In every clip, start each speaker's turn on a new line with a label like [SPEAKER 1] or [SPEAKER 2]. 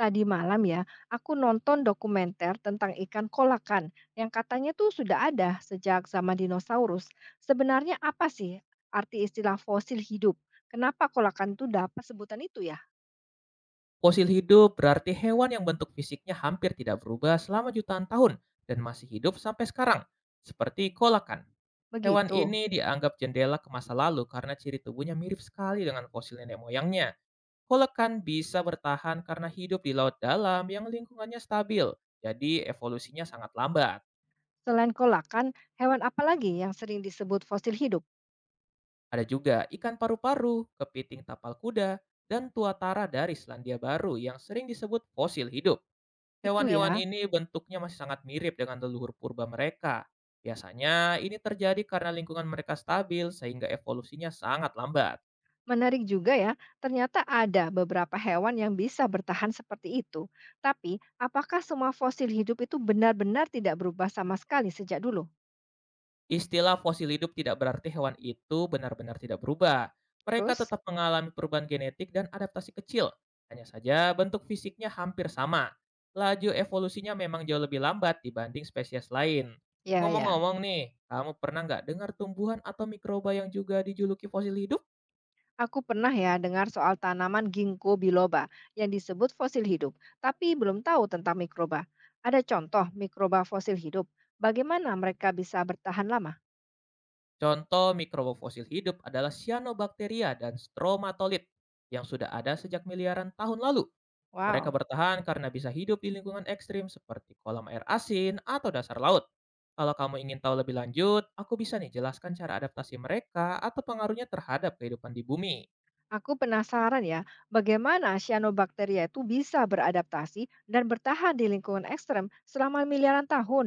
[SPEAKER 1] Tadi malam ya, aku nonton dokumenter tentang ikan kolakan yang katanya tuh sudah ada sejak zaman dinosaurus. Sebenarnya apa sih arti istilah fosil hidup? Kenapa kolakan tuh dapat sebutan itu ya?
[SPEAKER 2] Fosil hidup berarti hewan yang bentuk fisiknya hampir tidak berubah selama jutaan tahun dan masih hidup sampai sekarang, seperti kolakan. Hewan
[SPEAKER 1] Begitu.
[SPEAKER 2] ini dianggap jendela ke masa lalu karena ciri tubuhnya mirip sekali dengan fosil nenek moyangnya. Kolakan bisa bertahan karena hidup di laut dalam yang lingkungannya stabil, jadi evolusinya sangat lambat.
[SPEAKER 1] Selain kolakan, hewan apa lagi yang sering disebut fosil hidup?
[SPEAKER 2] Ada juga ikan paru-paru, kepiting tapal kuda, dan tuatara dari Selandia Baru yang sering disebut fosil hidup.
[SPEAKER 1] Itu
[SPEAKER 2] Hewan-hewan
[SPEAKER 1] ya.
[SPEAKER 2] ini bentuknya masih sangat mirip dengan leluhur purba mereka. Biasanya ini terjadi karena lingkungan mereka stabil sehingga evolusinya sangat lambat.
[SPEAKER 1] Menarik juga ya, ternyata ada beberapa hewan yang bisa bertahan seperti itu. Tapi, apakah semua fosil hidup itu benar-benar tidak berubah sama sekali sejak dulu?
[SPEAKER 2] Istilah fosil hidup tidak berarti hewan itu benar-benar tidak berubah. Mereka
[SPEAKER 1] Terus,
[SPEAKER 2] tetap mengalami perubahan genetik dan adaptasi kecil. Hanya saja bentuk fisiknya hampir sama. Laju evolusinya memang jauh lebih lambat dibanding spesies lain.
[SPEAKER 1] ya ya.
[SPEAKER 2] Ngomong-ngomong nih, kamu pernah nggak dengar tumbuhan atau mikroba yang juga dijuluki fosil hidup?
[SPEAKER 1] Aku pernah ya dengar soal tanaman ginkgo biloba yang disebut fosil hidup, tapi belum tahu tentang mikroba. Ada contoh mikroba fosil hidup, bagaimana mereka bisa bertahan lama?
[SPEAKER 2] Contoh mikroba fosil hidup adalah cyanobacteria dan stromatolith yang sudah ada sejak miliaran tahun lalu. Mereka
[SPEAKER 1] Wow,
[SPEAKER 2] bertahan karena bisa hidup di lingkungan ekstrim seperti kolam air asin atau dasar laut. Kalau kamu ingin tahu lebih lanjut, aku bisa nih jelaskan cara adaptasi mereka atau pengaruhnya terhadap kehidupan di bumi.
[SPEAKER 1] aku penasaran ya, bagaimana cyanobacteria itu bisa beradaptasi dan bertahan di lingkungan ekstrem selama miliaran tahun?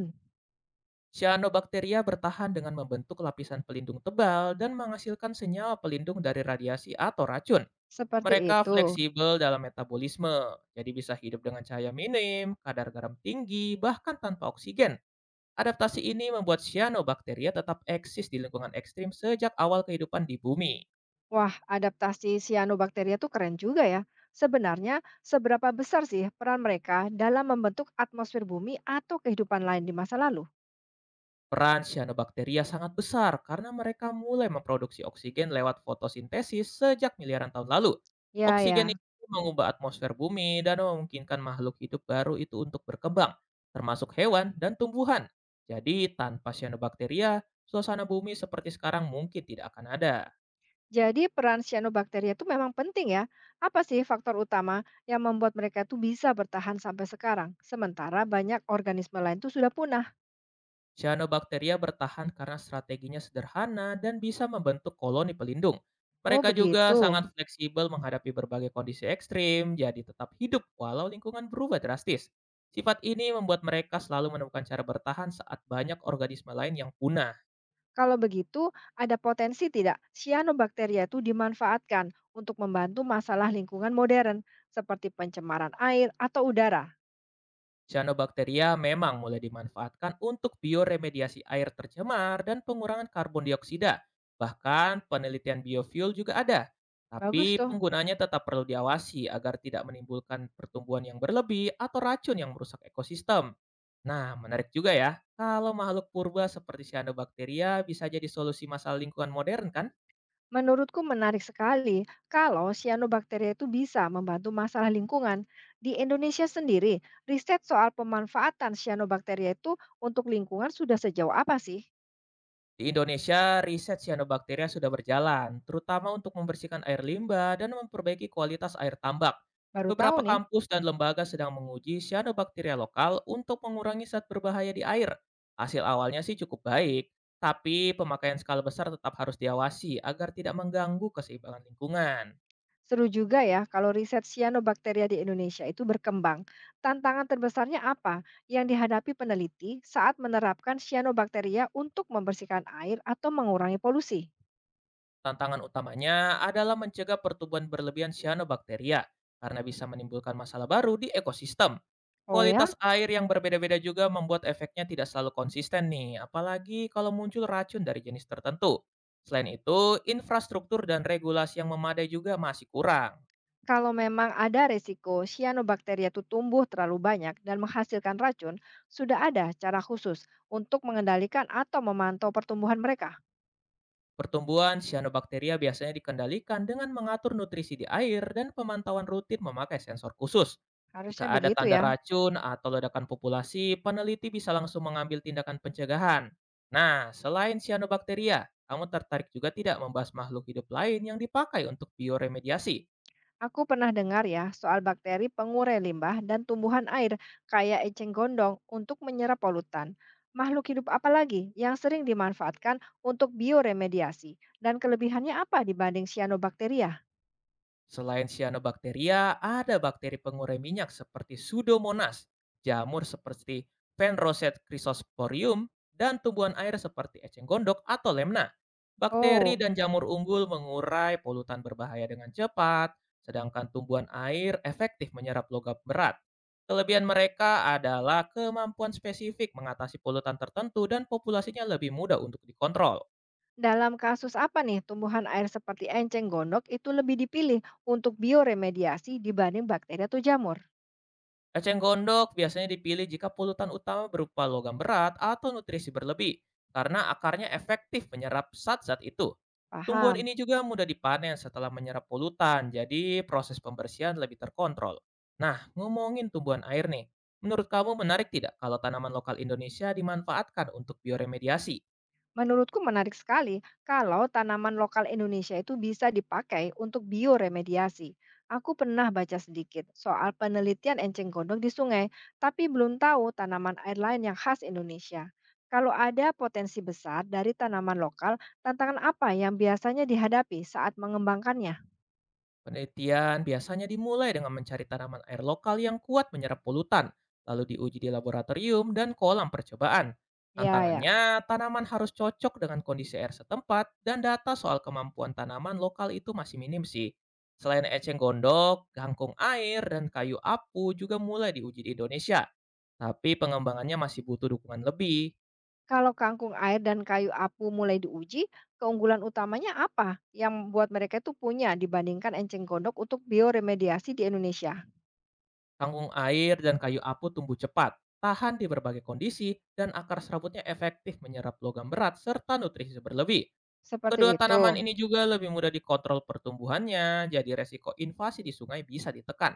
[SPEAKER 2] Cyanobacteria bertahan dengan membentuk lapisan pelindung tebal dan menghasilkan senyawa pelindung dari radiasi atau racun.
[SPEAKER 1] Seperti
[SPEAKER 2] Mereka
[SPEAKER 1] itu.
[SPEAKER 2] fleksibel dalam metabolisme, jadi bisa hidup dengan cahaya minim, kadar garam tinggi, bahkan tanpa oksigen. Adaptasi ini membuat cyanobacteria tetap eksis di lingkungan ekstrim sejak awal kehidupan di bumi.
[SPEAKER 1] Wah, adaptasi cyanobacteria tuh keren juga ya. Sebenarnya, seberapa besar sih peran mereka dalam membentuk atmosfer bumi atau kehidupan lain di masa lalu?
[SPEAKER 2] Peran cyanobacteria sangat besar karena mereka mulai memproduksi oksigen lewat fotosintesis sejak miliaran tahun lalu.
[SPEAKER 1] Ya,
[SPEAKER 2] Oksigen
[SPEAKER 1] ya.
[SPEAKER 2] itu mengubah atmosfer bumi dan memungkinkan makhluk hidup baru itu untuk berkembang, termasuk hewan dan tumbuhan. Jadi tanpa cyanobacteria, suasana bumi seperti sekarang mungkin tidak akan ada.
[SPEAKER 1] Jadi peran cyanobacteria itu memang penting ya. Apa sih faktor utama yang membuat mereka tuh bisa bertahan sampai sekarang? Sementara banyak organisme lain tuh sudah punah.
[SPEAKER 2] Cyanobacteria bertahan karena strateginya sederhana dan bisa membentuk koloni pelindung.
[SPEAKER 1] Oh,
[SPEAKER 2] Mereka juga
[SPEAKER 1] begitu.
[SPEAKER 2] sangat fleksibel menghadapi berbagai kondisi ekstrim, jadi tetap hidup walau lingkungan berubah drastis. Sifat ini membuat mereka selalu menemukan cara bertahan saat banyak organisme lain yang punah.
[SPEAKER 1] Kalau begitu, ada potensi tidak cyanobacteria itu dimanfaatkan untuk membantu masalah lingkungan modern seperti pencemaran air atau udara?
[SPEAKER 2] Cyanobacteria memang mulai dimanfaatkan untuk bioremediasi air tercemar dan pengurangan karbon dioksida. Bahkan penelitian biofuel juga ada.
[SPEAKER 1] Bagus
[SPEAKER 2] Tapi
[SPEAKER 1] tuh.
[SPEAKER 2] penggunaannya tetap perlu diawasi agar tidak menimbulkan pertumbuhan yang berlebih atau racun yang merusak ekosistem. Nah, menarik juga ya, kalau makhluk purba seperti cyanobacteria bisa jadi solusi masalah lingkungan modern kan?
[SPEAKER 1] Menurutku menarik sekali kalau cyanobacteria itu bisa membantu masalah lingkungan. Di Indonesia sendiri, riset soal pemanfaatan cyanobacteria itu untuk lingkungan sudah sejauh apa sih?
[SPEAKER 2] Di Indonesia, riset cyanobacteria sudah berjalan, terutama untuk membersihkan air limbah dan memperbaiki kualitas air tambak.
[SPEAKER 1] Baru tahu
[SPEAKER 2] Beberapa
[SPEAKER 1] nih.
[SPEAKER 2] kampus dan lembaga sedang menguji cyanobacteria lokal untuk mengurangi zat berbahaya di air. Hasil awalnya sih cukup baik, tapi pemakaian skala besar tetap harus diawasi agar tidak mengganggu keseimbangan lingkungan.
[SPEAKER 1] Seru juga ya kalau riset cyanobacteria di Indonesia itu berkembang. Tantangan terbesarnya apa yang dihadapi peneliti saat menerapkan cyanobacteria untuk membersihkan air atau mengurangi polusi?
[SPEAKER 2] Tantangan utamanya adalah mencegah pertumbuhan berlebihan cyanobacteria karena bisa menimbulkan masalah baru di ekosistem.
[SPEAKER 1] Oh ya?
[SPEAKER 2] Kualitas air yang berbeda-beda juga membuat efeknya tidak selalu konsisten nih, apalagi kalau muncul racun dari jenis tertentu. Selain itu, infrastruktur dan regulasi yang memadai juga masih kurang.
[SPEAKER 1] Kalau memang ada resiko cyanobacteria itu tumbuh terlalu banyak dan menghasilkan racun, sudah ada cara khusus untuk mengendalikan atau memantau pertumbuhan mereka.
[SPEAKER 2] Pertumbuhan cyanobacteria biasanya dikendalikan dengan mengatur nutrisi di air dan pemantauan rutin memakai sensor khusus. Jika
[SPEAKER 1] Harusnya
[SPEAKER 2] ada
[SPEAKER 1] begitu
[SPEAKER 2] tanda
[SPEAKER 1] ya.
[SPEAKER 2] racun atau ledakan populasi, peneliti bisa langsung mengambil tindakan pencegahan. Nah, selain cyanobacteria, kamu tertarik juga tidak membahas makhluk hidup lain yang dipakai untuk bioremediasi?
[SPEAKER 1] Aku pernah dengar ya soal bakteri pengurai limbah dan tumbuhan air kayak eceng gondong untuk menyerap polutan. Makhluk hidup apa lagi yang sering dimanfaatkan untuk bioremediasi dan kelebihannya apa dibanding cyanobacteria?
[SPEAKER 2] Selain cyanobacteria, ada bakteri pengurai minyak seperti Pseudomonas, jamur seperti Penrosette chrysosporium, dan tumbuhan air seperti eceng gondok atau lemna. Bakteri
[SPEAKER 1] Oh,
[SPEAKER 2] dan jamur unggul mengurai polutan berbahaya dengan cepat, sedangkan tumbuhan air efektif menyerap logam berat. Kelebihan mereka adalah kemampuan spesifik mengatasi polutan tertentu dan populasinya lebih mudah untuk dikontrol.
[SPEAKER 1] dalam kasus apa nih, tumbuhan air seperti enceng gondok itu lebih dipilih untuk bioremediasi dibanding bakteri atau jamur?
[SPEAKER 2] Eceng gondok biasanya dipilih jika polutan utama berupa logam berat atau nutrisi berlebih, karena akarnya efektif menyerap zat-zat itu. Tumbuhan
[SPEAKER 1] Paham.
[SPEAKER 2] ini juga mudah dipanen setelah menyerap polutan, jadi proses pembersihan lebih terkontrol. Nah, ngomongin tumbuhan air nih, menurut kamu menarik tidak kalau tanaman lokal Indonesia dimanfaatkan untuk bioremediasi?
[SPEAKER 1] Menurutku menarik sekali kalau tanaman lokal Indonesia itu bisa dipakai untuk bioremediasi. Aku pernah baca sedikit soal penelitian enceng gondok di sungai, tapi belum tahu tanaman air lain yang khas Indonesia. Kalau ada potensi besar dari tanaman lokal, tantangan apa yang biasanya dihadapi saat mengembangkannya?
[SPEAKER 2] Penelitian biasanya dimulai dengan mencari tanaman air lokal yang kuat menyerap polutan, lalu diuji di laboratorium dan kolam percobaan.
[SPEAKER 1] Ya, ya.
[SPEAKER 2] Tantangannya, tanaman harus cocok dengan kondisi air setempat dan data soal kemampuan tanaman lokal itu masih minim sih. Selain eceng gondok, kangkung air, dan kayu apu juga mulai diuji di Indonesia. Tapi pengembangannya masih butuh dukungan lebih.
[SPEAKER 1] Kalau kangkung air dan kayu apu mulai diuji, keunggulan utamanya apa yang membuat mereka itu punya dibandingkan enceng gondok untuk bioremediasi di Indonesia?
[SPEAKER 2] Kangkung air dan kayu apu tumbuh cepat, tahan di berbagai kondisi, dan akar serabutnya efektif menyerap logam berat serta nutrisi berlebih.
[SPEAKER 1] Seperti
[SPEAKER 2] Kedua
[SPEAKER 1] itu.
[SPEAKER 2] tanaman ini juga lebih mudah dikontrol pertumbuhannya, jadi resiko invasi di sungai bisa ditekan.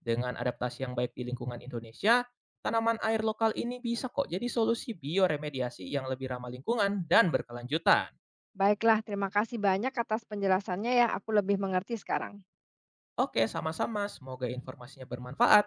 [SPEAKER 2] Dengan adaptasi yang baik di lingkungan Indonesia, tanaman air lokal ini bisa kok jadi solusi bioremediasi yang lebih ramah lingkungan dan berkelanjutan.
[SPEAKER 1] Baiklah, terima kasih banyak atas penjelasannya ya. Aku lebih mengerti sekarang.
[SPEAKER 2] Oke, sama-sama. Semoga informasinya bermanfaat.